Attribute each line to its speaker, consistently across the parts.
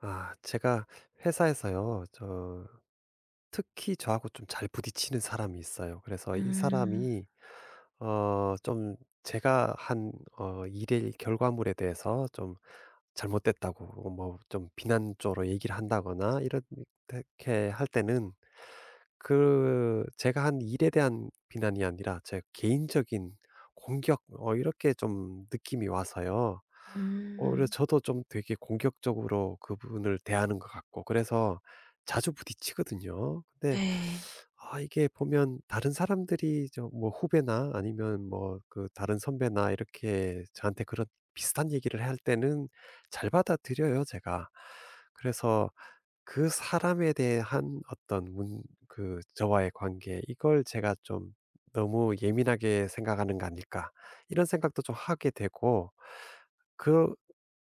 Speaker 1: 아, 제가 회사에서요, 저, 특히 저하고 좀 잘 부딪히는 사람이 있어요. 그래서 이
Speaker 2: 음.
Speaker 1: 사람이 좀 제가 한 일의 결과물에 대해서 좀 잘못됐다고 뭐 좀 비난으로 얘기를 한다거나 이렇게 할 때는, 그 제가 한 일에 대한 비난이 아니라 제 개인적인 공격, 이렇게 좀 느낌이 와서요. 오히려
Speaker 2: 음.
Speaker 1: 저도 좀 되게 공격적으로 그분을 대하는 것 같고, 그래서 자주 부딪히거든요. 근데
Speaker 2: 네.
Speaker 1: 아, 이게 보면 다른 사람들이 저 뭐 후배나 아니면 뭐 그 다른 선배나 이렇게 저한테 그런 비슷한 얘기를 할 때는 잘 받아들여요, 제가. 그래서 그 사람에 대한 어떤 문 그 저와의 관계, 이걸 제가 좀 너무 예민하게 생각하는 거 아닐까 이런 생각도 좀 하게 되고, 그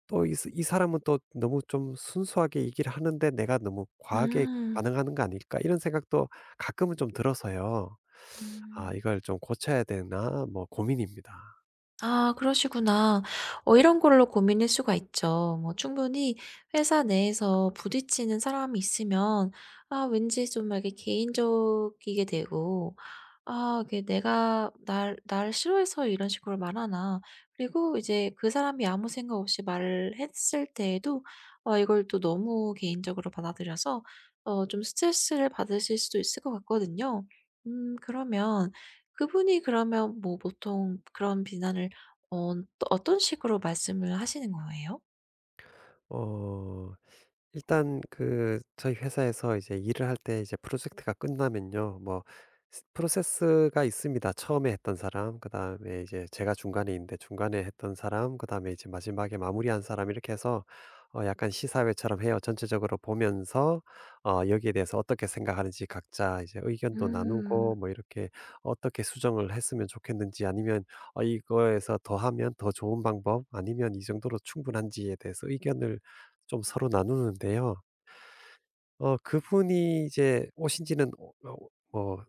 Speaker 1: 또 이 사람은 또 너무 좀 순수하게 얘기를 하는데 내가 너무 과하게
Speaker 2: 음.
Speaker 1: 반응하는 거 아닐까 이런 생각도 가끔은 좀 들어서요. 아,
Speaker 2: 음.
Speaker 1: 이걸 좀 고쳐야 되나 뭐 고민입니다.
Speaker 2: 아 그러시구나. 이런 걸로 고민일 수가 있죠. 뭐 충분히 회사 내에서 부딪히는 사람이 있으면 아 왠지 좀 이렇게 개인적이게 되고 '아 이게 내가 날 싫어해서 이런 식으로 말하나.' 그리고 이제 그 사람이 아무 생각 없이 말을 했을 때에도 이걸 또 너무 개인적으로 받아들여서 좀 스트레스를 받으실 수도 있을 것 같거든요. 그러면 그분이 그러면 뭐 보통 그런 비난을 또 어떤 식으로 말씀을 하시는 거예요?
Speaker 1: 어. 일단 그 저희 회사에서 이제 일을 할 때, 이제 프로젝트가 끝나면요, 뭐 프로세스가 있습니다. 처음에 했던 사람, 그다음에 이제 제가 중간에 있는데 중간에 했던 사람, 그다음에 이제 마지막에 마무리한 사람, 이렇게 해서 약간 시사회처럼 해요. 전체적으로 보면서 여기에 대해서 어떻게 생각하는지 각자 이제 의견도
Speaker 2: 음.
Speaker 1: 나누고, 뭐 이렇게 어떻게 수정을 했으면 좋겠는지, 아니면 이거에서 더하면 더 좋은 방법, 아니면 이 정도로 충분한지에 대해서 의견을 좀 서로 나누는데요. 그분이 이제 오신 지는 뭐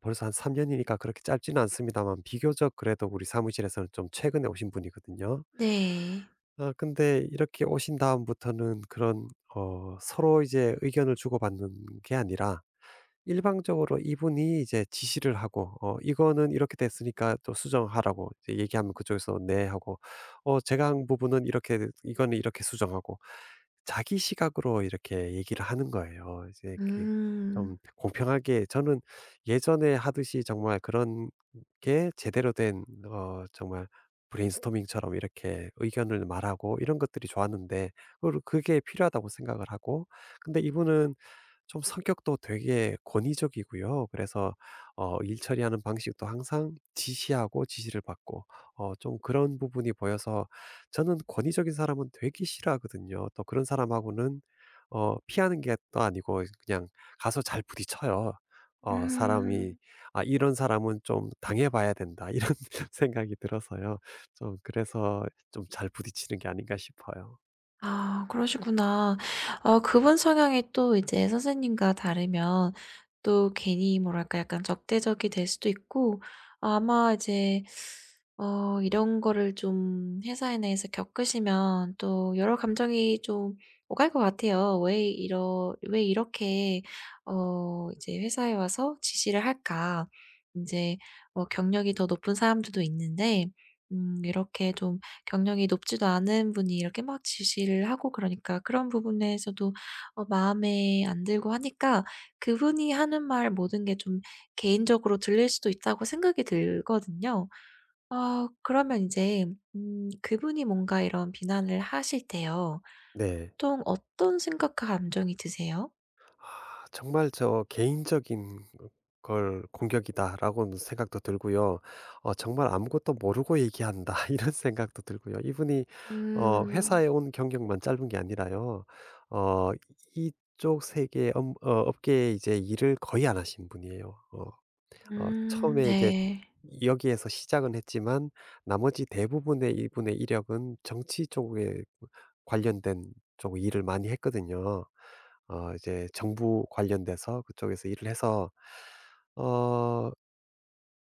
Speaker 1: 벌써 한 3 년이니까 그렇게 짧지는 않습니다만, 비교적 그래도 우리 사무실에서는 좀 최근에 오신 분이거든요.
Speaker 2: 네.
Speaker 1: 아 근데 이렇게 오신 다음부터는 그런 서로 이제 의견을 주고받는 게 아니라, 일방적으로 이분이 이제 지시를 하고, "이거는 이렇게 됐으니까 또 수정하라."고 이제 얘기하면, 그쪽에서 "네." 하고, "어 제가 한 부분은 이렇게, 이거는 이렇게 수정하고." 자기 시각으로 이렇게 얘기를 하는 거예요, 이제 이렇게.
Speaker 2: 음.
Speaker 1: 좀 공평하게, 저는 예전에 하듯이 정말 그런 게 제대로 된, 정말 브레인스토밍처럼 이렇게 의견을 말하고, 이런 것들이 좋았는데, 그게 필요하다고 생각을 하고. 근데 이분은 좀 성격도 되게 권위적이고요. 그래서 일 처리하는 방식도 항상 지시하고 지시를 받고, 좀 그런 부분이 보여서. 저는 권위적인 사람은 되게 싫어하거든요. 또 그런 사람하고는 피하는 게 또 아니고 그냥 가서 잘 부딪혀요. 사람이
Speaker 2: 음.
Speaker 1: '아, 이런 사람은 좀 당해 봐야 된다.' 이런 생각이 들어서요. 좀, 그래서 좀 잘 부딪히는 게 아닌가 싶어요.
Speaker 2: 아 그러시구나. 그분 성향이 또 이제 선생님과 다르면 또 괜히 뭐랄까 약간 적대적이 될 수도 있고 아마 이제 이런 거를 좀 회사 내에서 겪으시면 또 여러 감정이 좀 오갈 것 같아요. 왜 이렇게 이제 회사에 와서 지시를 할까?' 이제 뭐 경력이 더 높은 사람들도 있는데 이렇게 좀 경력이 높지도 않은 분이 이렇게 막 지시를 하고 그러니까 그런 부분에서도 마음에 안 들고 하니까 그분이 하는 말 모든 게 좀 개인적으로 들릴 수도 있다고 생각이 들거든요. 그러면 인제 그분이 뭔가 이런 비난을 하실 때요.
Speaker 1: 네.
Speaker 2: 보통 어떤 생각과 감정이 드세요?
Speaker 1: 하, 정말 저 '개인적인 걸 공격이다.'라고는 생각도 들고요. '정말 아무것도 모르고 얘기한다.' 이런 생각도 들고요. 이분이
Speaker 2: 음.
Speaker 1: 회사에 온 경력만 짧은 게 아니라요. 어 이쪽 세계 업 어 업계에 이제 일을 거의 안 하신 분이에요. 처음에 이제
Speaker 2: 네.
Speaker 1: 여기에서 시작은 했지만, 나머지 대부분의 이분의 이력은 정치 쪽에 관련된 쪽 일을 많이 했거든요. 이제 정부 관련돼서 그쪽에서 일을 해서, 어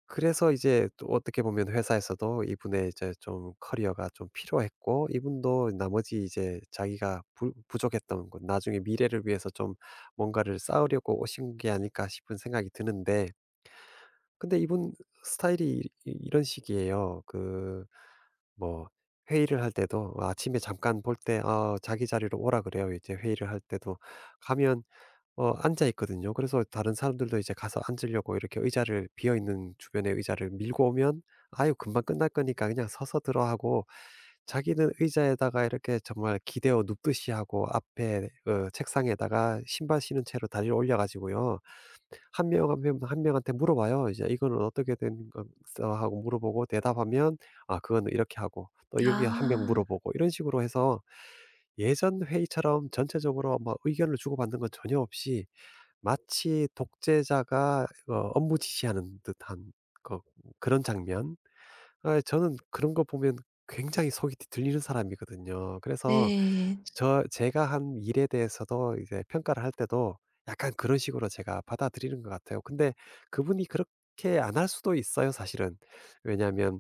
Speaker 1: 그래서 이제 또 어떻게 보면 회사에서도 이분의 이제 좀 커리어가 좀 필요했고, 이분도 나머지 이제 자기가 부족했던 것, 나중에 미래를 위해서 좀 뭔가를 쌓으려고 오신 게 아닐까 싶은 생각이 드는데, 근데 이분 스타일이 이 이런 식이에요. 그 뭐 회의를 할 때도, 아침에 잠깐 볼 때 아 자기 자리로 오라 그래요. 이제 회의를 할 때도 가면 앉아 있거든요. 그래서 다른 사람들도 이제 가서 앉으려고 이렇게 의자를, 비어 있는 주변의 의자를 밀고 오면, "아유 금방 끝날 거니까 그냥 서서 들어." 하고, 자기는 의자에다가 이렇게 정말 기대어 눕듯이 하고, 앞에 책상에다가 신발 신은 채로 다리를 올려 가지고요. 한 명 한 명 한 명한테 물어봐요. 이제 "이거는 어떻게 된거니." 하고 물어보고, 대답하면 "아 그거는 이렇게 하고." 또 여기 한 명
Speaker 2: 아
Speaker 1: 물어보고, 이런 식으로 해서 예전 회의처럼 전체적으로 막 의견을 주고받는 건 전혀 없이, 마치 독재자가 업무 지시하는 듯한 거, 그런 장면. 아, 저는 그런 거 보면 굉장히 속이 들리는 사람이거든요. 그래서
Speaker 2: 네.
Speaker 1: 제가 한 일에 대해서도 이제 평가를 할 때도 약간 그런 식으로 제가 받아들이는 것 같아요. 근데 그분이 그렇게 안 할 수도 있어요, 사실은. 왜냐하면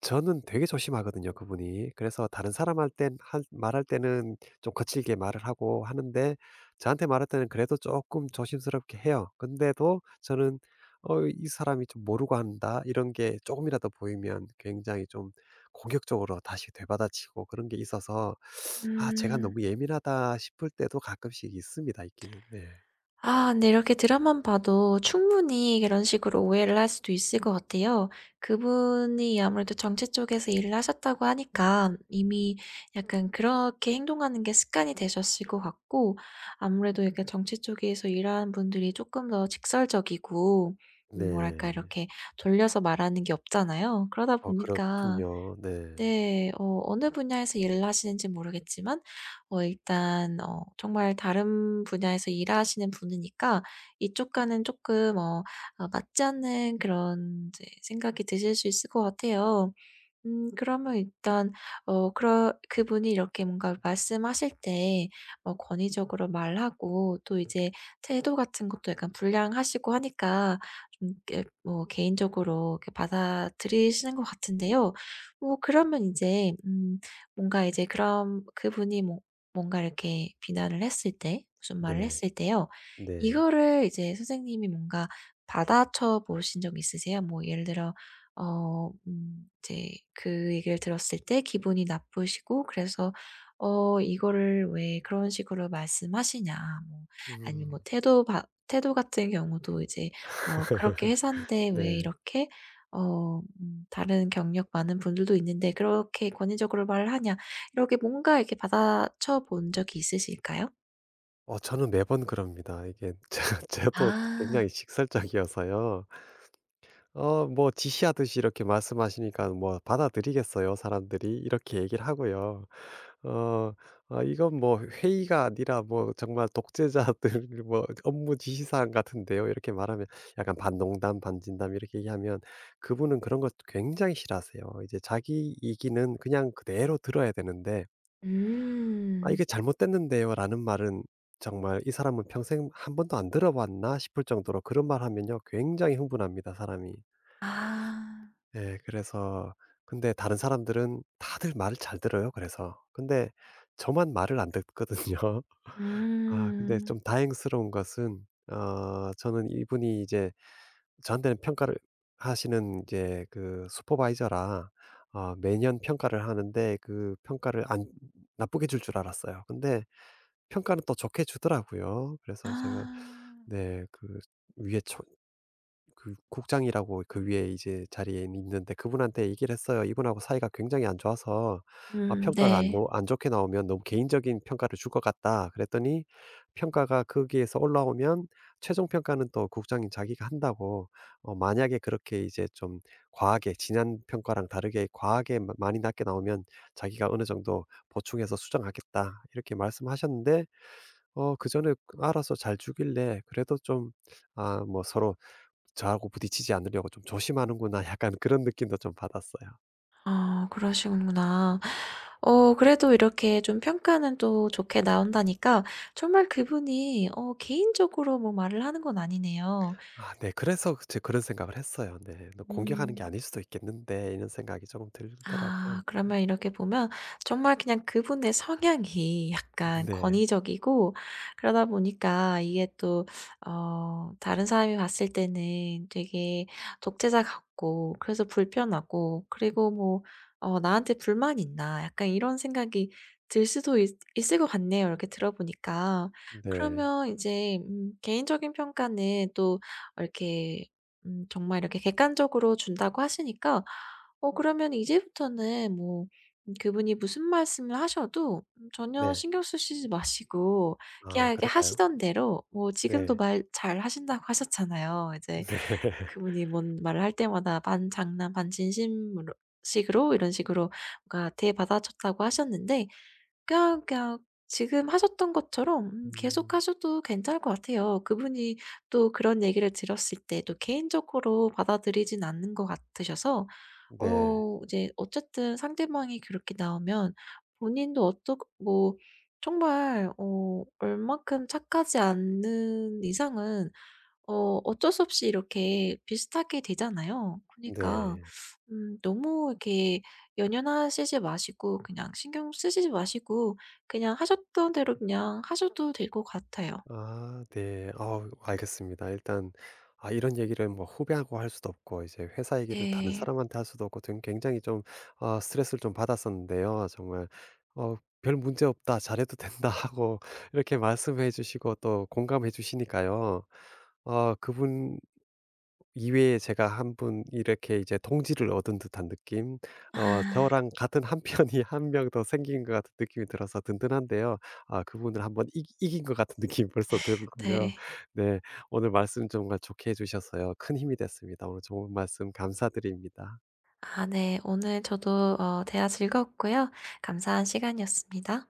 Speaker 1: 저는 되게 조심하거든요, 그분이. 그래서 다른 사람 할 땐 할 말할 때는 좀 거칠게 말을 하고 하는데, 저한테 말할 때는 그래도 조금 조심스럽게 해요. 근데도 저는 '어 이 사람이 좀 모르고 한다.' 이런 게 조금이라도 보이면 굉장히 좀 공격적으로 다시 되받아치고 그런 게 있어서, 아 제가
Speaker 2: 음.
Speaker 1: 너무 예민하다 싶을 때도 가끔씩 있습니다, 있기는. 네.
Speaker 2: 아 근데 이렇게 드라마만 봐도 충분히 그런 식으로 오해를 할 수도 있을 것 같아요. 그분이 아무래도 정치 쪽에서 일을 하셨다고 하니까 이미 약간 그렇게 행동하는 게 습관이 되셨을 것 같고 아무래도 이렇게 정치 쪽에서 일하는 분들이 조금 더 직설적이고 뭐랄까
Speaker 1: 네.
Speaker 2: 이렇게 돌려서 말하는 게 없잖아요. 그러다
Speaker 1: 어
Speaker 2: 보니까
Speaker 1: 그렇군요. 네.
Speaker 2: 네. 어느 분야에서 일을 하시는지 모르겠지만 일단 정말 다른 분야에서 일하시는 분이니까 이쪽과는 조금 맞지 않는 그런 이제 생각이 드실 수 있을 것 같아요. 그러면 일단 어 그러 그분이 이렇게 뭔가 말씀하실 때 권위적으로 말하고 또 이제 태도 같은 것도 약간 불량하시고 하니까 좀 이렇게 뭐 개인적으로 이렇게 받아들이시는 것 같은데요. 뭐 그러면 이제 뭔가 이제 그럼 그분이 뭐 뭔가 이렇게 비난을 했을 때 무슨 말을
Speaker 1: 네.
Speaker 2: 했을 때요.
Speaker 1: 네.
Speaker 2: 이거를 이제 선생님이 뭔가 받아쳐 보신 적 있으세요? 뭐 예를 들어 이제 그 얘기를 들었을 때 기분이 나쁘시고 그래서 "어 이거를 왜 그런 식으로 말씀하시냐." 뭐 아니면 뭐
Speaker 1: 음.
Speaker 2: 태도 바 태도 같은 경우도 이제 뭐 "그렇게 회사인데 왜
Speaker 1: 네.
Speaker 2: 이렇게 다른 경력 많은 분들도 있는데 그렇게 권위적으로 말을 하냐." 이렇게 뭔가 이렇게 받아쳐 본 적이 있으실까요?
Speaker 1: 어 저는 매번 그럽니다. 이게 저도
Speaker 2: 아.
Speaker 1: 굉장히 식설적이어서요. 뭐 지시하듯이 이렇게 말씀하시니까, 뭐 "받아들이겠어요, 사람들이." 이렇게 얘기를 하고요. 어 아 "이건 뭐 회의가 아니라, 뭐 정말 독재자들 뭐 업무 지시사항 같은데요." 이렇게 말하면, 약간 반농담 반진담 이렇게 얘기하면, 그분은 그런 것 굉장히 싫어하세요. 이제 자기 얘기는 그냥 그대로 들어야 되는데 "아
Speaker 2: 음.
Speaker 1: 이게 잘못됐는데요."라는 말은 정말 '이 사람은 평생 한 번도 안 들어봤나?' 싶을 정도로, 그런 말 하면요 굉장히 흥분합니다, 사람이.
Speaker 2: 아.
Speaker 1: 예. 그래서, 근데 다른 사람들은 다들 말을 잘 들어요, 그래서. 근데 저만 말을 안 듣거든요. 아 근데
Speaker 2: 음.
Speaker 1: 좀 다행스러운 것은, 저는 이분이 이제 저한테는 평가를 하시는 이제 그 슈퍼바이저라, 매년 평가를 하는데, 그 평가를 안 나쁘게 줄 줄 알았어요. 근데 평가는 또 좋게 주더라고요. 그래서 제가,
Speaker 2: 아,
Speaker 1: 네, 그 위에 초 그 국장이라고, 그 위에 이제 자리에 있는데, 그분한테 얘기를 했어요. "이분하고 사이가 굉장히 안 좋아서, 아 평가가
Speaker 2: 네.
Speaker 1: 안 좋게 나오면 너무 개인적인 평가를 줄 것 같다." 그랬더니, 평가가 거기에서 올라오면 최종 평가는 또 국장인 자기가 한다고, 만약에 그렇게 이제 좀 과하게, 지난 평가랑 다르게 과하게 마 많이 낮게 나오면 자기가 어느 정도 보충해서 수정하겠다, 이렇게 말씀하셨는데, 그전에 알아서 잘 주길래, 그래도 좀, 아 뭐 서로 저하고 부딪히지 않으려고 좀 조심하는구나 약간 그런 느낌도 좀 받았어요.
Speaker 2: 아 그러시구나. 그래도 이렇게 좀 평가는 또 좋게 나온다니까 정말 그분이 개인적으로 뭐 말을 하는 건 아니네요.
Speaker 1: 아, 네. 그래서 제 그런 생각을 했어요. 네. '너 공격하는 게
Speaker 2: 음.
Speaker 1: 아닐 수도 있겠는데.' 이런 생각이 조금 들더라고요.
Speaker 2: 아 그러면 이렇게 보면 정말 그냥 그분의 성향이 약간
Speaker 1: 네.
Speaker 2: 권위적이고 그러다 보니까 이게 또 다른 사람이 봤을 때는 되게 독재자 같고 그래서 불편하고 그리고 뭐 '어 나한테 불만 있나?' 약간 이런 생각이 들 수도 있 있을 것 같네요 이렇게 들어 보니까.
Speaker 1: 네.
Speaker 2: 그러면 이제 개인적인 평가는 또 이렇게 정말 이렇게 객관적으로 준다고 하시니까 그러면 이제부터는 뭐 그분이 무슨 말씀을 하셔도 전혀
Speaker 1: 네.
Speaker 2: 신경 쓰시지 마시고 그냥
Speaker 1: 아,
Speaker 2: 이렇게
Speaker 1: 그럴까요?
Speaker 2: 하시던 대로 뭐 지금도
Speaker 1: 네.
Speaker 2: 말 잘하신다고 하셨잖아요. 이제
Speaker 1: 네.
Speaker 2: 그분이 뭔 말을 할 때마다 반 장난 반 진심으로 식으로 이런 식으로 뭔가 대받아쳤다고 하셨는데 그냥 지금 하셨던 것처럼 계속
Speaker 1: 음.
Speaker 2: 하셔도 괜찮을 것 같아요. 그분이 또 그런 얘기를 들었을 때 또 개인적으로 받아들이진 않는 것 같으셔서
Speaker 1: 네.
Speaker 2: 이제 어쨌든 상대방이 그렇게 나오면 본인도 어떠 뭐 정말 얼만큼 착하지 않는 이상은 어 어쩔 수 없이 이렇게 비슷하게 되잖아요. 그니까 러
Speaker 1: 네.
Speaker 2: 너무 이렇게 연연하시지 마시고 그냥 신경 쓰시지 마시고 그냥 하셨던 대로 그냥 하셔도 될 것 같아요.
Speaker 1: 아, 네. 아, 알겠습니다. 일단, 아 이런 얘기를 뭐 후배하고 할 수도 없고 이제 회사 얘기를 다른
Speaker 2: 네.
Speaker 1: 사람한테 할 수도 없고 등 굉장히 좀, 아 스트레스를 좀 받았었는데요. 아, 정말 어 "별 문제 없다. 잘해도 된다." 하고 이렇게 말씀해 주시고 또 공감해 주시니까요. 아 그분 이외에 제가 한 분 이렇게 이제 동지를 얻은 듯한 느낌,
Speaker 2: 아
Speaker 1: 저랑 같은 한 편이 한 명 더 생긴 것 같은 느낌이 들어서 든든한데요. 아 그분을 한번 이 이긴 것 같은 느낌이 벌써 들고요.
Speaker 2: 네.
Speaker 1: 네. 오늘 말씀 정말 좋게 해 주셔서요. 큰 힘이 됐습니다. 오늘 좋은 말씀 감사드립니다.
Speaker 2: 아 네. 오늘 저도 대화 즐거웠고요. 감사한 시간이었습니다.